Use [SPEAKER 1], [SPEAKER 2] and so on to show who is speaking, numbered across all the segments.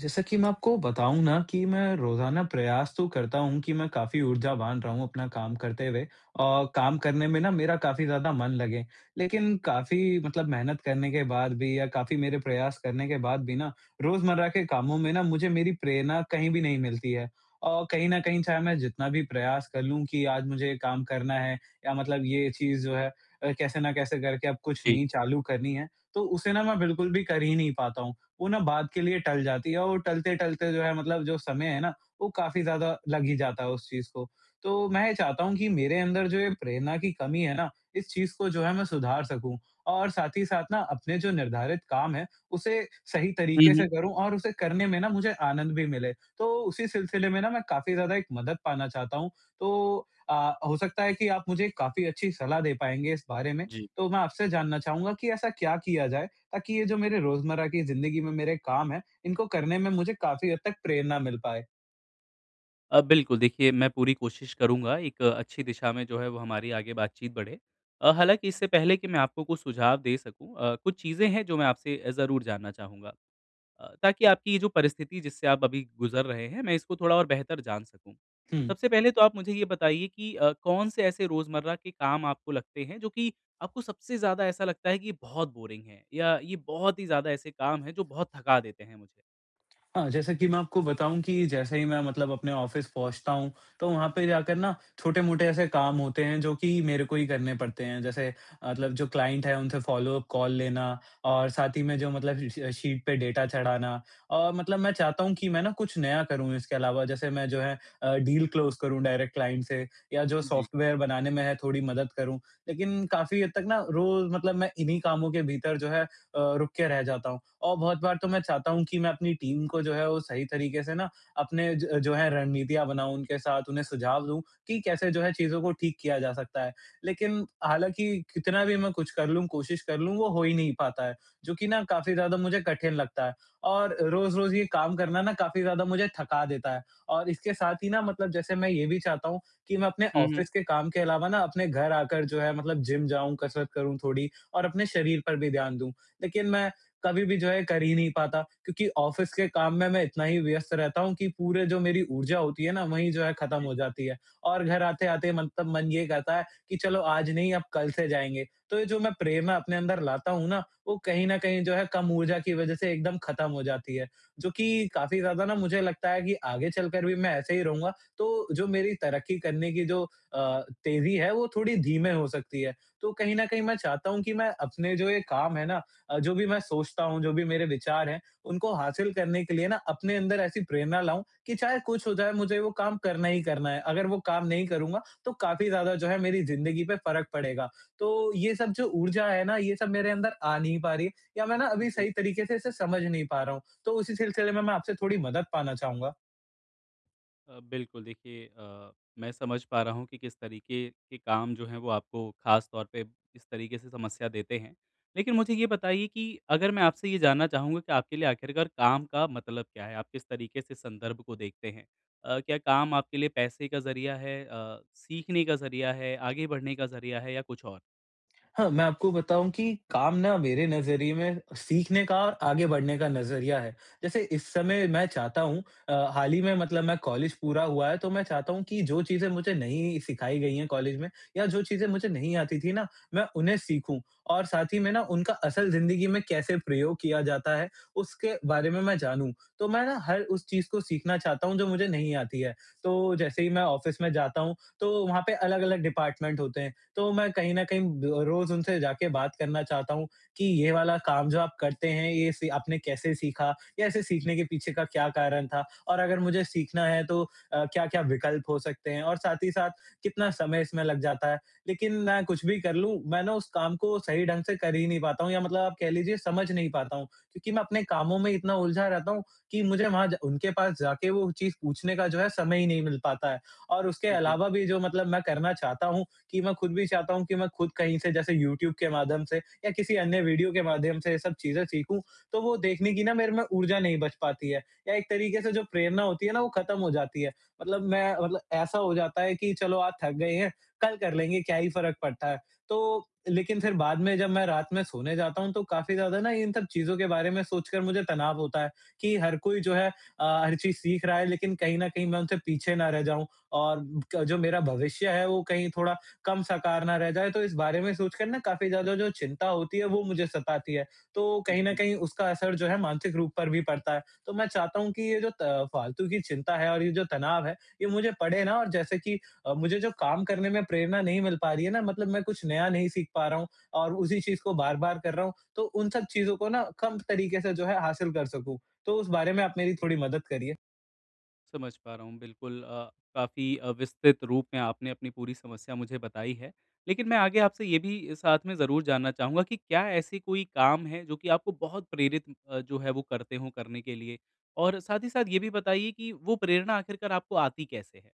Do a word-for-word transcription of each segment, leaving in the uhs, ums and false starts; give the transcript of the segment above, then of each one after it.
[SPEAKER 1] जैसा कि मैं आपको बताऊँ ना कि मैं रोज़ाना प्रयास तो करता हूँ कि मैं काफ़ी ऊर्जावान रहूँ अपना काम करते हुए और काम करने में ना मेरा काफ़ी ज़्यादा मन लगे। लेकिन काफ़ी मतलब मेहनत करने के बाद भी या काफ़ी मेरे प्रयास करने के बाद भी ना रोज़मर्रा के कामों में ना मुझे मेरी प्रेरणा कहीं भी नहीं मिलती है। और कहीं न कहीं चाहे मैं जितना भी प्रयास कर लूँ कि आज मुझे ये काम करना है या मतलब ये चीज़ जो है अ, कैसे न कैसे करके अब कुछ
[SPEAKER 2] जी।
[SPEAKER 1] नहीं चालू करनी है, तो उसे ना मैं बिल्कुल भी कर ही नहीं पाता हूँ। वो ना बाद के लिए टल जाती है और टलते-टलते जो है मतलब जो समय है ना, वो काफ़ी ज़्यादा लग ही जाता है उस चीज़ को। तो मैं ये चाहता हूँ कि मेरे अंदर जो ये प्रेरणा की कमी है ना, इस चीज़ को जो है मैं सुधार सकूँ और साथ ही साथ ना अपने जो निर्धारित काम है, उसे सही
[SPEAKER 2] हुँ,
[SPEAKER 1] तरीके
[SPEAKER 2] हुँ।
[SPEAKER 1] से करूँ और उसे करने में ना मुझे आनंद भी मिले। तो उसी सिलसिले में ना मैं काफ़ी ज़्यादा एक मदद पाना चाहता हूँ। तो अ, हो सकता है कि आप मुझे काफ़ी अच्छी सलाह दे पाएँगे इस बारे में।
[SPEAKER 2] जी।
[SPEAKER 1] तो मैं आपसे जानना चाहूँगा कि ऐसा क्या किया जाए, ताकि ये जो मेरे रोजमर्रा की जिंदगी में मेरे काम हैं, इनको करने में मुझे काफ़ी हद तक प्रेरणा मिल पाए?
[SPEAKER 2] अ, बिल्कुल देखिए मैं पूरी कोशिश करूँगा एक अच्छी दिशा में जो है वो हमारी आगे बातचीत बढ़े। अ, हालाँकि इससे पहले कि मैं आपको कुछ सुझाव दे सकूँ अ, कुछ चीज़ें हैं जो मैं आपसे अ, ज़रूर जानना चाहूँगा अ, ताकि आपकी ये जो परिस्थिति जिससे आप अभी गुज़र रहे हैं मैं इसको थोड़ा और बेहतर जान सकूँ।
[SPEAKER 1] हुँ।
[SPEAKER 2] सबसे पहले तो आप मुझे ये बताइए कि अ, कौन से ऐसे रोज़मर्रा के काम आपको लगते हैं जो कि आपको सबसे ज़्यादा ऐसा लगता है कि ये बहुत बोरिंग है या ये बहुत ही ज़्यादा ऐसे काम हैं जो बहुत थका देते हैं मुझे?
[SPEAKER 1] हाँ, जैसा कि मैं आपको बताऊँ कि जैसे ही मैं मतलब अपने ऑफ़िस पहुँचता हूँ, तो वहाँ पे जाकर ना छोटे-मोटे ऐसे काम होते हैं जो कि मेरे को ही करने पड़ते हैं। जैसे मतलब जो क्लाइंट है उनसे फ़ॉलो-अप कॉल लेना और साथ ही में जो मतलब श शीट पे डेटा चढ़ाना, और मतलब मैं चाहता हूँ कि मैं ना कुछ नया करूँ इसके अलावा। जैसे मैं जो है अ, डील क्लोज़ करूँ डायरेक्ट क्लाइंट से, या जो
[SPEAKER 2] जी।
[SPEAKER 1] सॉफ्टवेयर बनाने में है थोड़ी मदद करूँ। लेकिन काफ़ी हद तक ना रोज़ मतलब मैं इन्हीं कामों के भीतर जो है अ, रुक के रह जाता हूँ। और बहुत बार तो मैं चाहता हूँ कि मैं अपनी टीम को जो है वो सही तरीके से ना अपने ज जो है रणनीतियाँ बनाऊँ उनके साथ, उन्हें सुझाव दूँ कि कैसे जो है चीज़ों को ठीक किया जा सकता है। लेकिन हालाँकि कितना भी मैं कुछ कर लूँ, कोशिश कर लूँ, वो हो ही नहीं पाता है, जो कि ना काफ़ी ज़्यादा मुझे कठिन लगता है और रोज़-रोज़ ये काम करना ना काफ़ी ज़्यादा मुझे थका देता है। और इसके साथ ही ना मतलब जैसे मैं ये भी चाहता हूँ कि मैं अपने
[SPEAKER 2] हुँ, हुँ।
[SPEAKER 1] ऑफ़िस के काम के अलावा ना अपने घर आकर जो है मतलब जिम जाऊँ, कसरत करूँ थोड़ी और अपने शरीर पर भी ध्यान दूँ। लेकिन मैं कभी भी जो है कर ही नहीं पाता, क्योंकि ऑफिस के काम में मैं इतना ही व्यस्त रहता हूँ कि पूरे जो मेरी ऊर्जा होती है ना वहीं जो है खत्म
[SPEAKER 2] जी,
[SPEAKER 1] हो जाती है, और घर आते-आते मतलब मन ये कहता है कि चलो आज नहीं, अब कल से जाएँगे। तो ये जो मैं प्रेरणा अपने अंदर लाता हूँ ना, वो कहीं न कहीं जो है कम ऊर्जा की वजह से एकदम खत्म हो जाती है। जो कि काफ़ी ज़्यादा ना मुझे लगता है कि आगे चलकर भी मैं ऐसे ही रहूँगा, तो जो मेरी तरक्की करने की जो अ, तेज़ी है वो थोड़ी धीमे हो सकती है। तो कहीं न कहीं मैं चाहता हूँ कि मैं अपने जो ये काम है ना, अ, जो भी मैं सोचता हूँ, जो भी मेरे विचार हैं, उनको हासिल करने के लिए ना अपने अंदर ऐसी प्रेरणा लाऊँ कि चाहे कुछ हो जाए, मुझे वो काम करना ही करना है। अगर वो काम नहीं करूँगा, तो काफ़ी ज़्यादा जो है मेरी ज़िंदगी पे फ़र्क पड़ेगा। तो ये सब जो ऊर्जा है ना, ये सब मेरे अंदर आ नहीं पा रही है, या मैं ना अभी सही
[SPEAKER 2] जी।
[SPEAKER 1] तरीके से इसे समझ नहीं पा रहा हूँ। तो उसी सिलसिले में मैं आपसे थोड़ी मदद पाना चाहूँगा।
[SPEAKER 2] अ, बिल्कुल देखिए अ, मैं समझ पा रहा हूँ कि किस तरीके के काम जो हैं वो आपको ख़ास तौर पे इस तरीके से समस्या देते हैं। लेकिन मुझे ये बताइए कि अगर मैं आपसे ये जानना चाहूँगा कि आपके लिए आखिरकार काम का मतलब क्या है? आप किस तरीके से संदर्भ को देखते हैं? अ, क्या काम आपके लिए पैसे का ज़रिया है? अ, सीखने का ज़रिया है? आगे बढ़ने का ज़रिया है या कुछ और?
[SPEAKER 1] हाँ, मैं आपको बताऊँ कि काम ना मेरे नज़रिए में सीखने का और आगे बढ़ने का नज़रिया है। जैसे इस समय मैं चाहता हूँ, अ, हाल ही में मतलब मैं कॉलेज पूरा हुआ है, तो मैं चाहता हूँ कि जो चीज़ें मुझे नहीं सिखाई गई हैं कॉलेज में, या जो चीज़ें मुझे नहीं आती थी ना, मैं उन्हें सीखूँ और साथ ही में ना उनका असल ज़िंदगी में कैसे प्रयोग किया जाता है, उसके बारे में मैं जानूँ। तो मैं ना हर उस चीज़ को सीखना चाहता हूँ जो मुझे नहीं आती है। तो जैसे ही मैं ऑफ़िस में जाता हूँ, तो वहाँ पे अलग-अलग डिपार्टमेंट होते हैं। तो मैं कहीं न कहीं रोज़ उनसे जाके बात करना चाहता हूँ कि ये वाला काम जो आप करते हैं, ये सी आपने कैसे सीखा, या इसे सीखने के पीछे का क्या कारण था? और अगर मुझे सीखना है, तो अ, क्या-क्या विकल्प हो सकते हैं? और साथ ही साथ कितना समय इसमें लग जाता है? लेकिन मैं कुछ भी कर लूँ, मैं ना उस काम को सही ढंग से कर ही नहीं पाता हूँ, या मतलब आप कह लीजिए समझ नहीं पाता हूँ, क्योंकि मैं अपने कामों में इतना उलझा रहता हूँ कि मुझे वहाँ ज उनके पास जाके वो चीज़ पूछने का जो है समय ही नहीं मिल पाता है। और उसके
[SPEAKER 2] जी।
[SPEAKER 1] अलावा भी जो मतलब मैं करना चाहता हूँ, कि मैं खुद भी चाहता हूँ कि मैं खुद कहीं से जैसे यूट्यूब के माध्यम से या किसी अन्य वीडियो के माध्यम से ये सब चीज़ें सीखूँ, तो वो देखने की ना मेरे में ऊर्जा नहीं बच पाती है, या एक तरीके से जो प्रेरणा होती है ना वो खत्म हो जाती है। मतलब मैं मतलब ऐसा हो जाता है कि चलो आज थक गए हैं, कल कर लेंगे, क्या ही फ़र्क पड़ता है। तो लेकिन फिर बाद में जब मैं रात में सोने जाता हूँ, तो काफ़ी ज़्यादा ना इन सब चीज़ों के बारे में सोचकर मुझे तनाव होता है कि हर कोई जो है अ, हर चीज़ सीख रहा है, लेकिन कहीं न कहीं मैं उनसे पीछे ना रह जाऊँ, और क जो मेरा भविष्य है वो कहीं थोड़ा कम साकार ना रह जाए, तो इस बारे में सोचकर ना काफ़ी ज़्यादा जो चिंता होती है, वो मुझे सताती है। तो कहीं न
[SPEAKER 2] जी,
[SPEAKER 1] कहीं उसका असर जो है मानसिक रूप पर भी पड़ता है। तो मैं चाहता हूँ कि ये जो त फ़ालतू की चिंता है और ये जो तनाव है, ये मुझे पड़े ना, और जैसे कि अ, मुझे जो काम करने में प्रेरणा नहीं मिल पा रही है ना, मतलब मैं कुछ नया नहीं सीख पा रहा हूँ और उसी चीज़ को बार-बार कर रहा हूँ, तो उन सब चीज़ों को ना कम तरीके से जो है हासिल कर सकूँ। तो उस बारे में आप मेरी थोड़ी मदद करिए।
[SPEAKER 2] समझ पा रहा हूँ बिल्कुल अ, काफ़ी अ, विस्तृत रूप में आपने अपनी पूरी समस्या मुझे बताई है। लेकिन मैं आगे आपसे ये भी साथ में ज़रूर जानना चाहूँगा कि क्या ऐसे कोई काम है जो कि आपको बहुत प्रेरित अ, जो है वो करते हो करने के लिए? और साथ ही साथ ये भी बताइए कि वो प्रेरणा आखिरकार आपको आती कैसे है?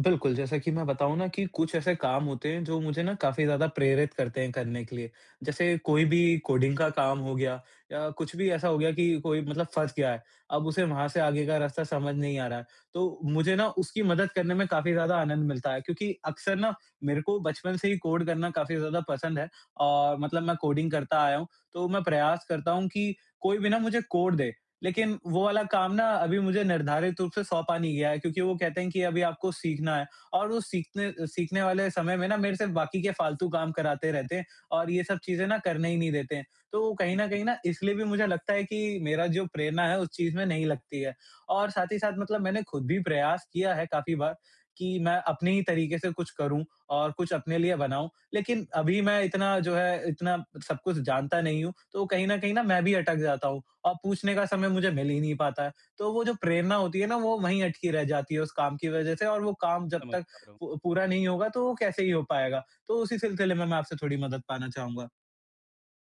[SPEAKER 1] बिल्कुल, जैसा कि मैं बताऊँ ना कि कुछ ऐसे काम होते हैं जो मुझे ना काफ़ी ज़्यादा प्रेरित करते हैं करने के लिए। जैसे कोई भी कोडिंग का काम हो गया, या कुछ भी ऐसा हो गया कि कोई मतलब फँस गया है, अब उसे वहाँ से आगे का रास्ता समझ नहीं आ रहा है। तो मुझे ना उसकी मदद करने में काफ़ी ज़्यादा आनंद मिलता है, क्योंकि अक्सर ना मेरे को बचपन से ही कोड करना काफ़ी ज़्यादा पसंद है और मतलब मैं कोडिंग करता आया हूँ। तो मैं प्रयास करता हूँ कि कोई भी ना मुझे कोड दे, लेकिन वो वाला काम ना अभी मुझे निर्धारित रूप से सौंपा नहीं गया है, क्योंकि वो कहते हैं कि अभी आपको सीखना है और वो सीखने सीखने वाले समय में ना मेरे से बाकी के फालतू काम कराते रहते हैं और ये सब चीज़ें ना करने ही नहीं देते हैं। तो कहीं न
[SPEAKER 2] जी,
[SPEAKER 1] कहीं ना इसलिए भी मुझे लगता है कि मेरा जो प्रेरणा है उस चीज़ में नहीं लगती है। और साथ ही साथ मतलब मैंने खुद भी प्रयास किया है काफ़ी बार कि मैं अपने ही तरीके से कुछ करूँ और कुछ अपने लिए बनाऊँ। लेकिन अभी मैं इतना जो है इतना सब कुछ जानता नहीं हूँ, तो कहीं न कहीं ना मैं भी अटक जाता हूँ। और पूछने का समय मुझे मिल ही नहीं पाता है। तो वो जो प्रेरणा होती है ना, वो वहीं अटकी रह जाती है उस काम की वज़ह से, और वो काम जब
[SPEAKER 2] समझ
[SPEAKER 1] तक
[SPEAKER 2] पा रहा हूँ।
[SPEAKER 1] पू पूरा नहीं होगा, तो वो कैसे ही हो पाएगा। तो उसी सिलसिले में मैं आपसे थोड़ी मदद पाना चाहूँगा।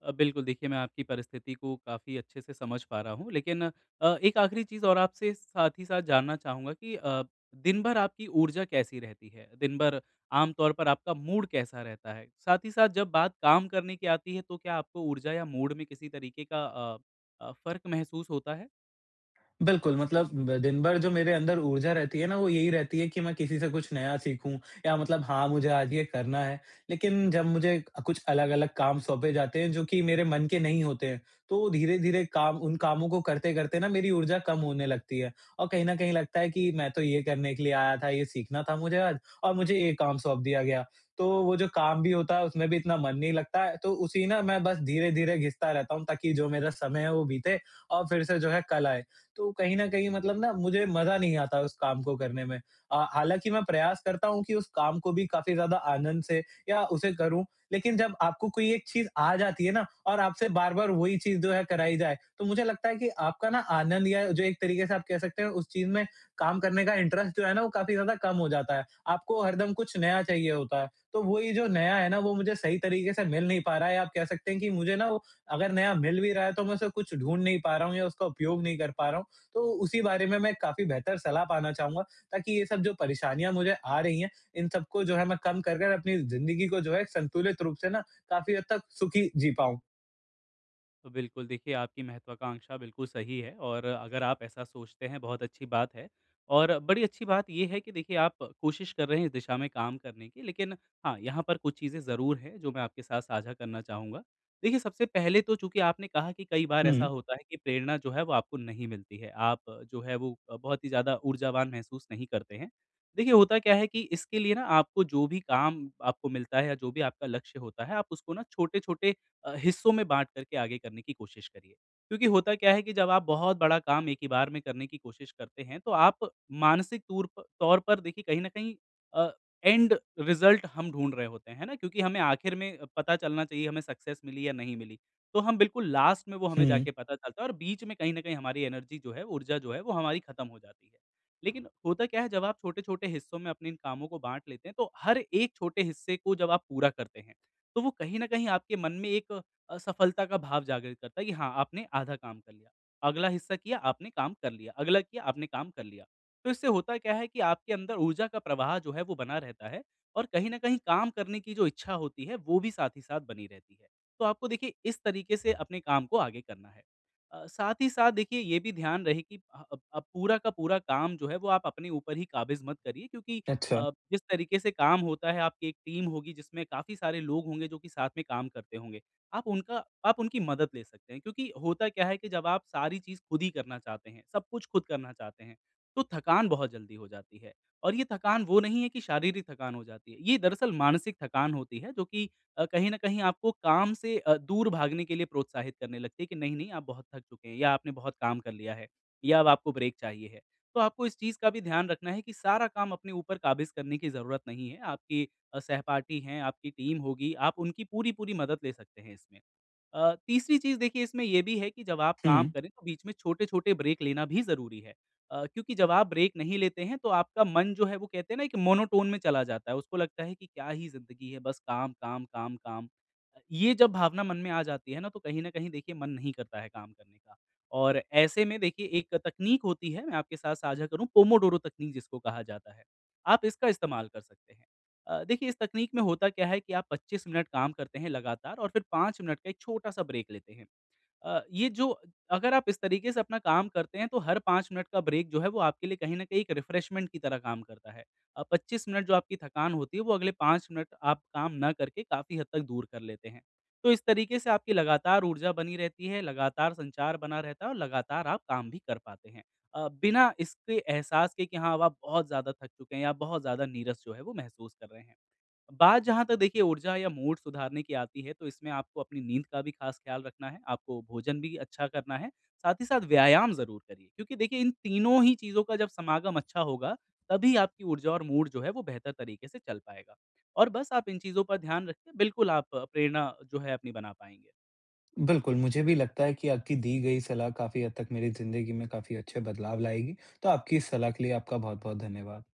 [SPEAKER 2] अ, बिल्कुल देखिए मैं आपकी परिस्थिति को काफ़ी अच्छे से समझ पा रहा हूँ। लेकिन अ, एक आखिरी चीज़ और आपसे साथ ही साथ जानना चाहूँगा कि अ, दिन भर आपकी ऊर्जा कैसी रहती है? दिन भर आम तौर पर आपका मूड कैसा रहता है? साथ ही साथ जब बात काम करने की आती है तो क्या आपको ऊर्जा या मूड में किसी तरीके का अ अ, फ़र्क महसूस होता है?
[SPEAKER 1] बिल्कुल, मतलब ब दिन भर जो मेरे अंदर ऊर्जा रहती है ना, वो यही रहती है कि मैं किसी से कुछ नया सीखूँ, या मतलब हाँ, मुझे आज ये करना है। लेकिन जब मुझे अ, कुछ अलग-अलग काम सौंपे जाते हैं जो कि मेरे मन के नहीं होते हैं, तो धीरे-धीरे काम उन कामों को करते-करते ना मेरी ऊर्जा कम होने लगती है। और कहीं न कहीं लगता है कि मैं तो ये करने के लिए आया था, ये सीखना था मुझे आज, और मुझे ये काम सौंप दिया गया। तो वो जो काम भी होता है उसमें भी इतना मन नहीं लगता है, तो उसी ना मैं बस धीरे-धीरे घिसता रहता हूँ ताकि जो मेरा समय है वो बीते और फिर से जो है कल आए। तो कहीं न कहीं मतलब ना मुझे मज़ा नहीं आता उस काम को करने में। अ, हालाँकि मैं प्रयास करता हूँ कि उस काम को भी काफ़ी ज़्यादा आनंद से या उसे करूँ, लेकिन जब आपको कोई एक चीज़ आ जाती है ना और आपसे बार-बार वही चीज़ जो है कराई जाए, तो मुझे लगता है कि आपका ना आनंद, या जो एक तरीके से आप कह सकते हैं उस चीज़ में काम करने का इंटरेस्ट जो है ना वो काफ़ी ज़्यादा कम हो जाता है। आपको हरदम कुछ नया चाहिए होता है, तो वही जो नया है ना वो मुझे सही तरीके से मिल नहीं पा रहा है, या आप कह सकते हैं कि मुझे ना वो अगर नया मिल भी रहा है तो मैं उसे कुछ ढूँढ नहीं पा रहा हूँ या उसका उपयोग नहीं कर पा रहा हूँ। तो उसी बारे में मैं काफ़ी बेहतर सलाह पाना चाहूँगा, ताकि ये सब जो परेशानियाँ मुझे आ रही हैं, इन सबको जो है मैं कम कर कर अपनी ज़िंदगी को जो है संतुलित रूप से ना काफ़ी हद तक सुखी जी पाऊँ।
[SPEAKER 2] तो बिल्कुल, देखिए आपकी महत्वाकांक्षा बिल्कुल सही है और अगर आप ऐसा सोचते हैं बहुत अच्छी बात है। और बड़ी अच्छी बात ये है कि देखिए आप कोशिश कर रहे हैं इस दिशा में काम करने की, लेकिन हाँ, यहाँ पर कुछ चीज़ें ज़रूर हैं जो मैं आपके साथ साझा करना चाहूँगा। देखिए सबसे पहले तो चूँकि आपने कहा कि कई बार ऐसा
[SPEAKER 1] हुँ।
[SPEAKER 2] होता है कि प्रेरणा जो है वो आपको नहीं मिलती है, आप जो है वो अ, बहुत ही ज़्यादा ऊर्जावान महसूस नहीं करते हैं। देखिए होता क्या है कि इसके लिए ना आपको जो भी काम आपको मिलता है या जो भी आपका लक्ष्य होता है, आप उसको ना छोटे-छोटे अ, हिस्सों में बाँट कर के आगे करने की कोशिश करिए। क्योंकि होता क्या है कि जब आप बहुत बड़ा काम एक ही बार में करने की कोशिश करते हैं, तो आप मानसिक तूर प तौर पर देखिए कहीं न कहीं अ, एंड रिज़ल्ट हम ढूँढ रहे होते हैं, है ना? क्योंकि हमें आखिर में पता चलना चाहिए हमें सक्सेस मिली या नहीं मिली। तो हम बिल्कुल लास्ट में वो हमें
[SPEAKER 1] हुँ।
[SPEAKER 2] जाके पता चलता है और बीच में कहीं न कहीं हमारी एनर्जी जो है, ऊर्जा जो है, वो हमारी खत्म हो जाती है। लेकिन होता क्या है जब आप छोटे-छोटे हिस्सों में अपने इन कामों को बाँट लेते हैं, तो हर एक छोटे हिस्से को जब आप पूरा करते हैं तो वो कहीं न कहीं आपके मन में एक अ, सफलता का भाव जागृत करता है कि हाँ, आपने आधा काम कर लिया। अगला हिस्सा किया, आपने काम कर लिया, अगला किया, आपने काम कर लिया। तो इससे होता क्या है कि आपके अंदर ऊर्जा का प्रवाह जो है वो बना रहता है और कहीं न कहीं काम करने की जो इच्छा होती है, वो भी साथ ही साथ बनी रहती है। तो आपको देखिए इस तरीके से अपने काम को आगे करना है। अ, साथ ही साथ देखिए ये भी ध्यान रहे कि अ, अब अब पूरा का पूरा काम जो है वो आप अपने ऊपर ही काबिज़ मत करिए, क्योंकि
[SPEAKER 1] अच्छा।
[SPEAKER 2] अ, जिस तरीके से काम होता है आपकी एक टीम होगी जिसमें काफ़ी सारे लोग होंगे जो कि साथ में काम करते होंगे। आप उनका आप उनकी मदद ले सकते हैं, क्योंकि होता क्या है कि जब आप सारी चीज़ खुद ही करना चाहते हैं, सब कुछ खुद करना चाहते हैं, तो थकान बहुत जल्दी हो जाती है। और ये थकान वो नहीं है कि शारीरिक थकान हो जाती है, ये दरअसल मानसिक थकान होती है जो कि अ, कहीं न कहीं आपको काम से अ, दूर भागने के लिए प्रोत्साहित करने लगती है कि नहीं, नहीं, आप बहुत थक चुके हैं या आपने बहुत काम कर लिया है या अब आपको ब्रेक चाहिए है। तो आपको इस चीज़ का भी ध्यान रखना है कि सारा काम अपने ऊपर काबिज़ करने की ज़रूरत नहीं है। आपकी अ, सहपाठी हैं, आपकी टीम होगी, आप उनकी पूरी-पूरी मदद ले सकते हैं इसमें। अ, तीसरी चीज़ देखिए इसमें ये भी है कि जब आप काम
[SPEAKER 1] हुँ।
[SPEAKER 2] करें तो बीच में छोटे-छोटे ब्रेक लेना भी ज़रूरी है। अ, क्योंकि जब आप ब्रेक नहीं लेते हैं तो आपका मन जो है वो कहते हैं ना एक मोनोटोन में चला जाता है। उसको लगता है कि क्या ही ज़िंदगी है, बस काम, काम, काम, काम। अ, ये जब भावना मन में आ जाती है ना तो कहीं न कहीं देखिए मन नहीं करता है काम करने का। और ऐसे में देखिए एक तकनीक होती है, मैं आपके साथ साझा करूँ, पोमोडोरो तकनीक जिसको कहा जाता है। आप इसका इस्तेमाल कर सकते हैं। अ, देखिए इस तकनीक में होता क्या है कि आप पच्चीस मिनट काम करते हैं लगातार और फिर पाँच मिनट का एक छोटा-सा ब्रेक लेते हैं। अ, ये जो अगर आप इस तरीके से अपना काम करते हैं तो हर पाँच मिनट का ब्रेक जो है वो आपके लिए कहीं न कहीं एक रिफ्रेशमेंट की तरह काम करता है। अ, पच्चीस मिनट जो आपकी थकान होती है वो अगले पाँच मिनट आप काम ना करके काफ़ी हद तक दूर कर लेते हैं। तो इस तरीके से आपकी लगातार ऊर्जा बनी रहती है, लगातार संचार बना रहता है और लगातार आप काम भी कर पाते हैं। अ, बिना इसके एहसास के कि हाँ, अब आप बहुत ज़्यादा थक चुके हैं या बहुत ज़्यादा नीरस जो है वो महसूस कर रहे हैं। बात जहाँ तक देखिए ऊर्जा या मूड सुधारने की आती है तो इसमें आपको अपनी नींद का भी खास ख्याल रखना है, आपको भोजन भी अच्छा करना है, साथ ही साथ व्यायाम ज़रूर करिए, क्योंकि देखिए इन तीनों ही चीज़ों का जब समागम अच्छा होगा, तभी आपकी ऊर्जा और मूड जो है वो बेहतर तरीके से चल पाएगा। और बस आप इन चीज़ों पर ध्यान रखिए, बिल्कुल आप अ, प्रेरणा जो है अपनी बना पाएँगे।
[SPEAKER 1] बिल्कुल, मुझे भी लगता है कि आपकी दी गई सलाह काफ़ी हद तक मेरी ज़िंदगी में काफ़ी अच्छे बदलाव लाएगी, तो आपकी इस सलाह के लिए आपका बहुत-बहुत धन्यवाद।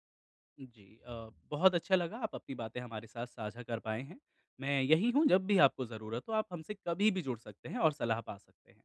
[SPEAKER 2] जी, अ, बहुत अच्छा लगा आप अपनी बातें हमारे साथ साझा कर पाए हैं। मैं यहीं हूँ, जब भी आपको ज़रूरत हो, आप हमसे कभी भी जुड़ सकते हैं और सलाह पा सकते हैं।